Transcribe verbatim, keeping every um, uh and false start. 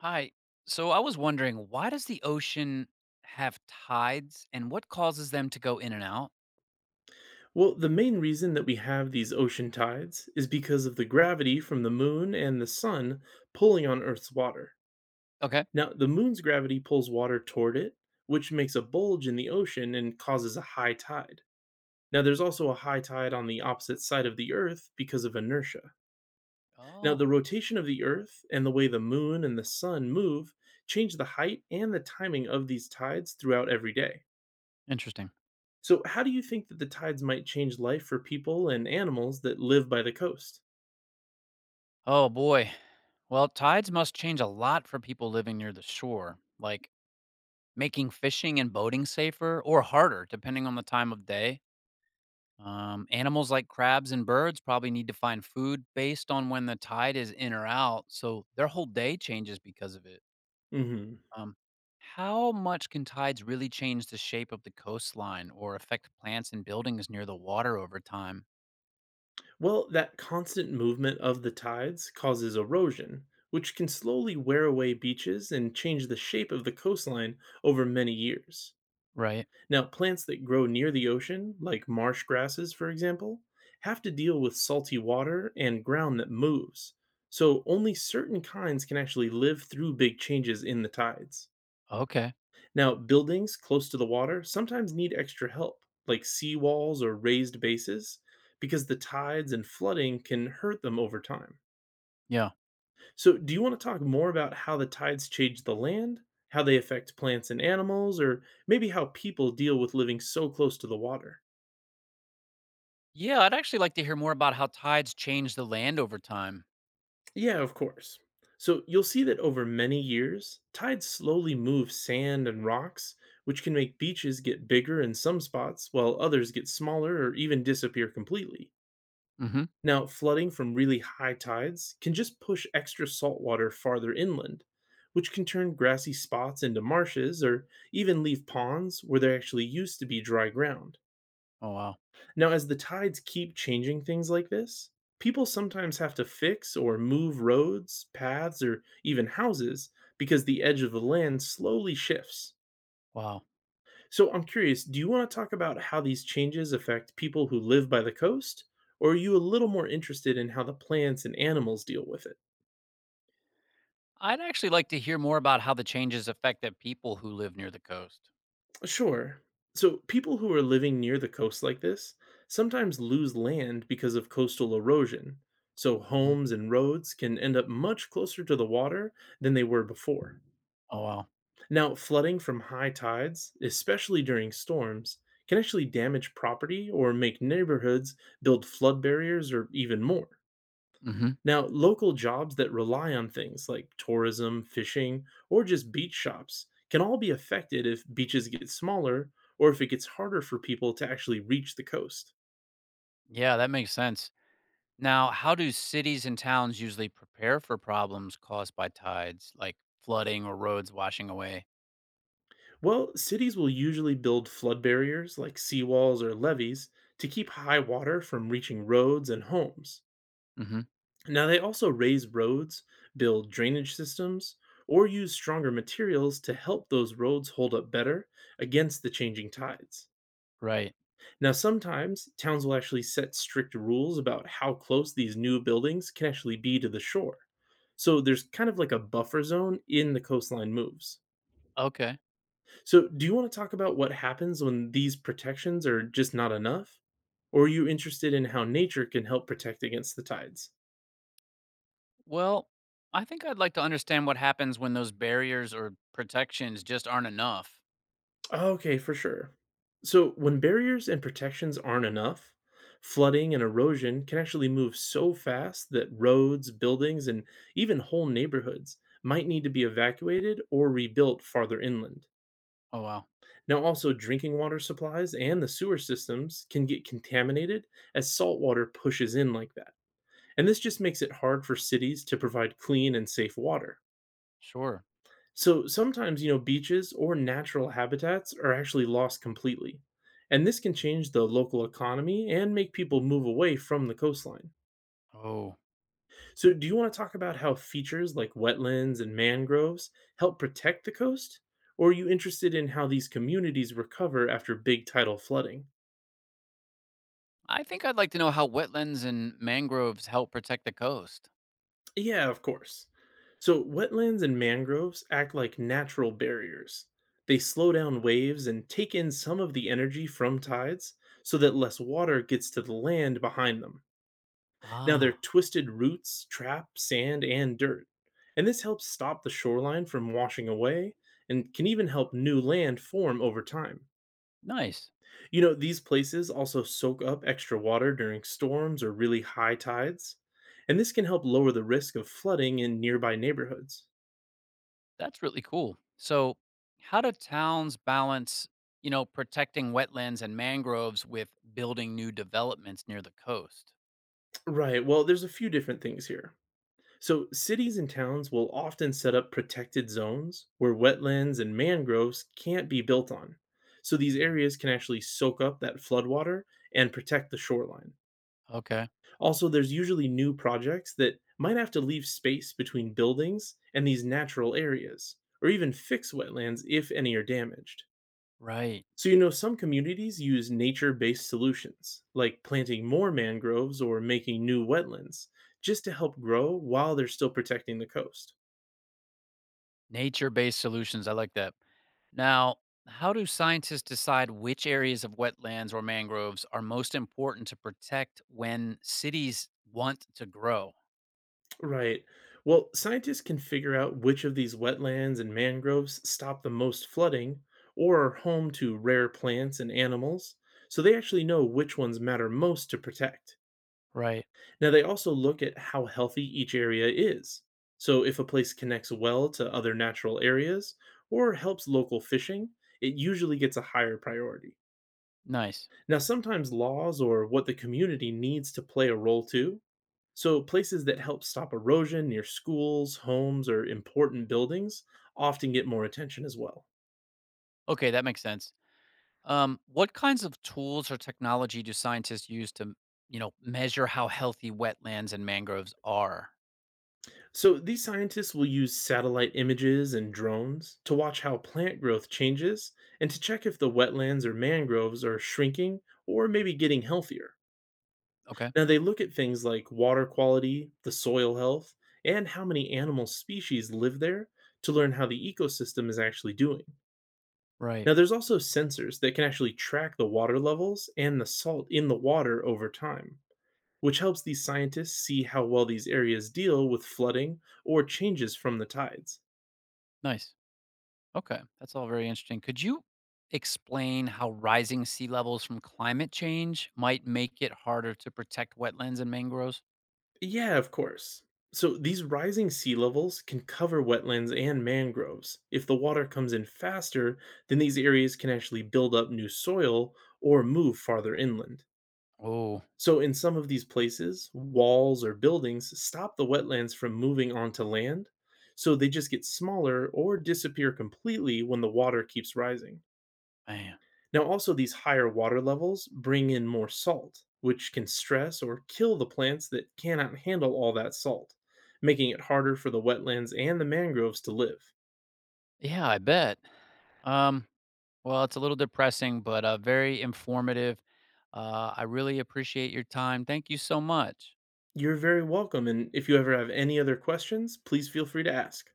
Hi. So I was wondering, why does the ocean have tides and what causes them to go in and out? Well, the main reason that we have these ocean tides is because of the gravity from the moon and the sun pulling on Earth's water. Okay. Now, the moon's gravity pulls water toward it, which makes a bulge in the ocean and causes a high tide. Now, there's also a high tide on the opposite side of the Earth because of inertia. Now, the Oh, rotation of the Earth and the way the moon and the sun move change the height and the timing of these tides throughout every day. interesting. So, how do you think that the tides might change life for people and animals that live by the coast? Oh, boy. Well, tides must change a lot for people living near the shore, like making fishing and boating safer or harder, depending on the time of day. Um, animals like crabs and birds probably need to find food based on when the tide is in or out, so their whole day changes because of it. Mhm. Um, how much can tides really change the shape of the coastline or affect plants and buildings near the water over time? Well, that constant movement of the tides causes erosion, which can slowly wear away beaches and change the shape of the coastline over many years. Right. Now, plants that grow near the ocean, like marsh grasses, for example, have to deal with salty water and ground that moves. So, only certain kinds can actually live through big changes in the tides. Okay. Now, buildings close to the water sometimes need extra help, like seawalls or raised bases, because the tides and flooding can hurt them over time. Yeah. So, do you want to talk more about how the tides change the land, how they affect plants and animals, or maybe how people deal with living so close to the water? Yeah, I'd actually like to hear more about how tides change the land over time. Yeah, of course. So, you'll see that over many years, tides slowly move sand and rocks, which can make beaches get bigger in some spots while others get smaller or even disappear completely. Mm-hmm. Now, flooding from really high tides can just push extra salt water farther inland, which can turn grassy spots into marshes or even leave ponds where there actually used to be dry ground. Oh, wow. Now, as the tides keep changing things like this, people sometimes have to fix or move roads, paths, or even houses because the edge of the land slowly shifts. Wow. So I'm curious, do you want to talk about how these changes affect people who live by the coast? Or are you a little more interested in how the plants and animals deal with it? I'd actually like to hear more about how the changes affect the people who live near the coast. Sure. So people who are living near the coast like this sometimes lose land because of coastal erosion. So Hmm. homes and roads can end up much closer to the water than they were before. Oh, wow. Now, flooding from high tides, especially during storms, can actually damage property or make neighborhoods build flood barriers or even more. Mm-hmm. Now, local jobs that rely on things like tourism, fishing, or just beach shops can all be affected if beaches get smaller or if it gets harder for people to actually reach the coast. Yeah, that makes sense. Now, how do cities and towns usually prepare for problems caused by tides, like flooding or roads washing away? Well, cities will usually build flood barriers like seawalls or levees to keep high water from reaching roads and homes. Mm-hmm. Now, they also raise roads, build drainage systems, or use stronger materials to help those roads hold up better against the changing tides. Right. Now, sometimes towns will actually set strict rules about how close these new buildings can actually be to the shore. So there's kind of like a buffer zone in the coastline moves. Okay. So, do you want to talk about what happens when these protections are just not enough? Or are you interested in how nature can help protect against the tides? Well, I think I'd like to understand what happens when those barriers or protections just aren't enough. Okay, for sure. So, when barriers and protections aren't enough, flooding and erosion can actually move so fast that roads, buildings, and even whole neighborhoods might need to be evacuated or rebuilt farther inland. Oh, wow. Now, also, drinking water supplies and the sewer systems can get contaminated as salt water pushes in like that. And this just makes it hard for cities to provide clean and safe water. Sure. So sometimes, you know, beaches or natural habitats are actually lost completely. And this can change the local economy and make people move away from the coastline. Oh. So, do you want to talk about how features like wetlands and mangroves help protect the coast? Or are you interested in how these communities recover after big tidal flooding? I think I'd like to know how wetlands and mangroves help protect the coast. Yeah, of course. So, wetlands and mangroves act like natural barriers. They slow down waves and take in some of the energy from tides so that less water gets to the land behind them. Now, their Ah, twisted roots trap sand and dirt, and this helps stop the shoreline from washing away and can even help new land form over time. nice. You know, these places also soak up extra water during storms or really high tides, and this can help lower the risk of flooding in nearby neighborhoods. That's really cool. So, how do towns balance, you know, protecting wetlands and mangroves with building new developments near the coast? Right, well, there's a few different things here. So, cities and towns will often set up protected zones where wetlands and mangroves can't be built on. So, these Mm. areas can actually soak up that floodwater and protect the shoreline. Okay. Also, there's usually new projects that might have to leave space between buildings and these natural areas, or even fix wetlands if any are damaged. Right. So, you know, some communities use nature based solutions, like planting more mangroves or making new wetlands, just to help grow while they're still protecting the coast. Nature based solutions. I like that. Now, how do scientists decide which areas of wetlands or mangroves are most important to protect when cities want to grow? Right. Well, scientists can figure out which of these wetlands and mangroves stop the most flooding or are home to rare plants and animals, so they actually know which ones matter most to protect. Right. Now, they also look at how healthy each area is. So, if a place connects well to other natural areas or helps local fishing, it usually gets a higher priority. Nice. Now, sometimes laws or what the community needs to play a role too. So, places that help stop erosion near schools, homes, or important buildings often get more attention as well. Okay, that makes sense. Um, what kinds of tools or technology do scientists use to, you know, measure how healthy wetlands and mangroves are? So, these scientists will use satellite images and drones to watch how plant growth changes and to check if the wetlands or mangroves are shrinking or maybe getting healthier. Okay. Now, they look at things like water quality, the soil health, and how many animal species live there to learn how the ecosystem is actually doing. Right. Now, there's also sensors that can actually track the water levels and the salt in the water over time, which helps these scientists see how well these areas deal with flooding or changes from the tides. Nice. Okay. That's all very interesting. Could you explain how rising sea levels from climate change might make it harder to protect wetlands and mangroves? Yeah, of course. So, these rising sea levels can cover wetlands and mangroves. If the water comes in faster, then these areas can actually build up new soil or move farther inland. Oh. So, in some of these places, walls or buildings stop the wetlands from moving onto land, so they just get smaller or disappear completely when the water keeps rising. Man. Now, also, these higher water levels bring in more salt, which can stress or kill the plants that cannot handle all that salt, making it harder for the wetlands and the mangroves to live. Yeah, I bet. Um, well, it's a little depressing, but uh, very informative. Uh, I really appreciate your time. Thank you so much. You're very welcome, and if you ever have any other questions, please feel free to ask.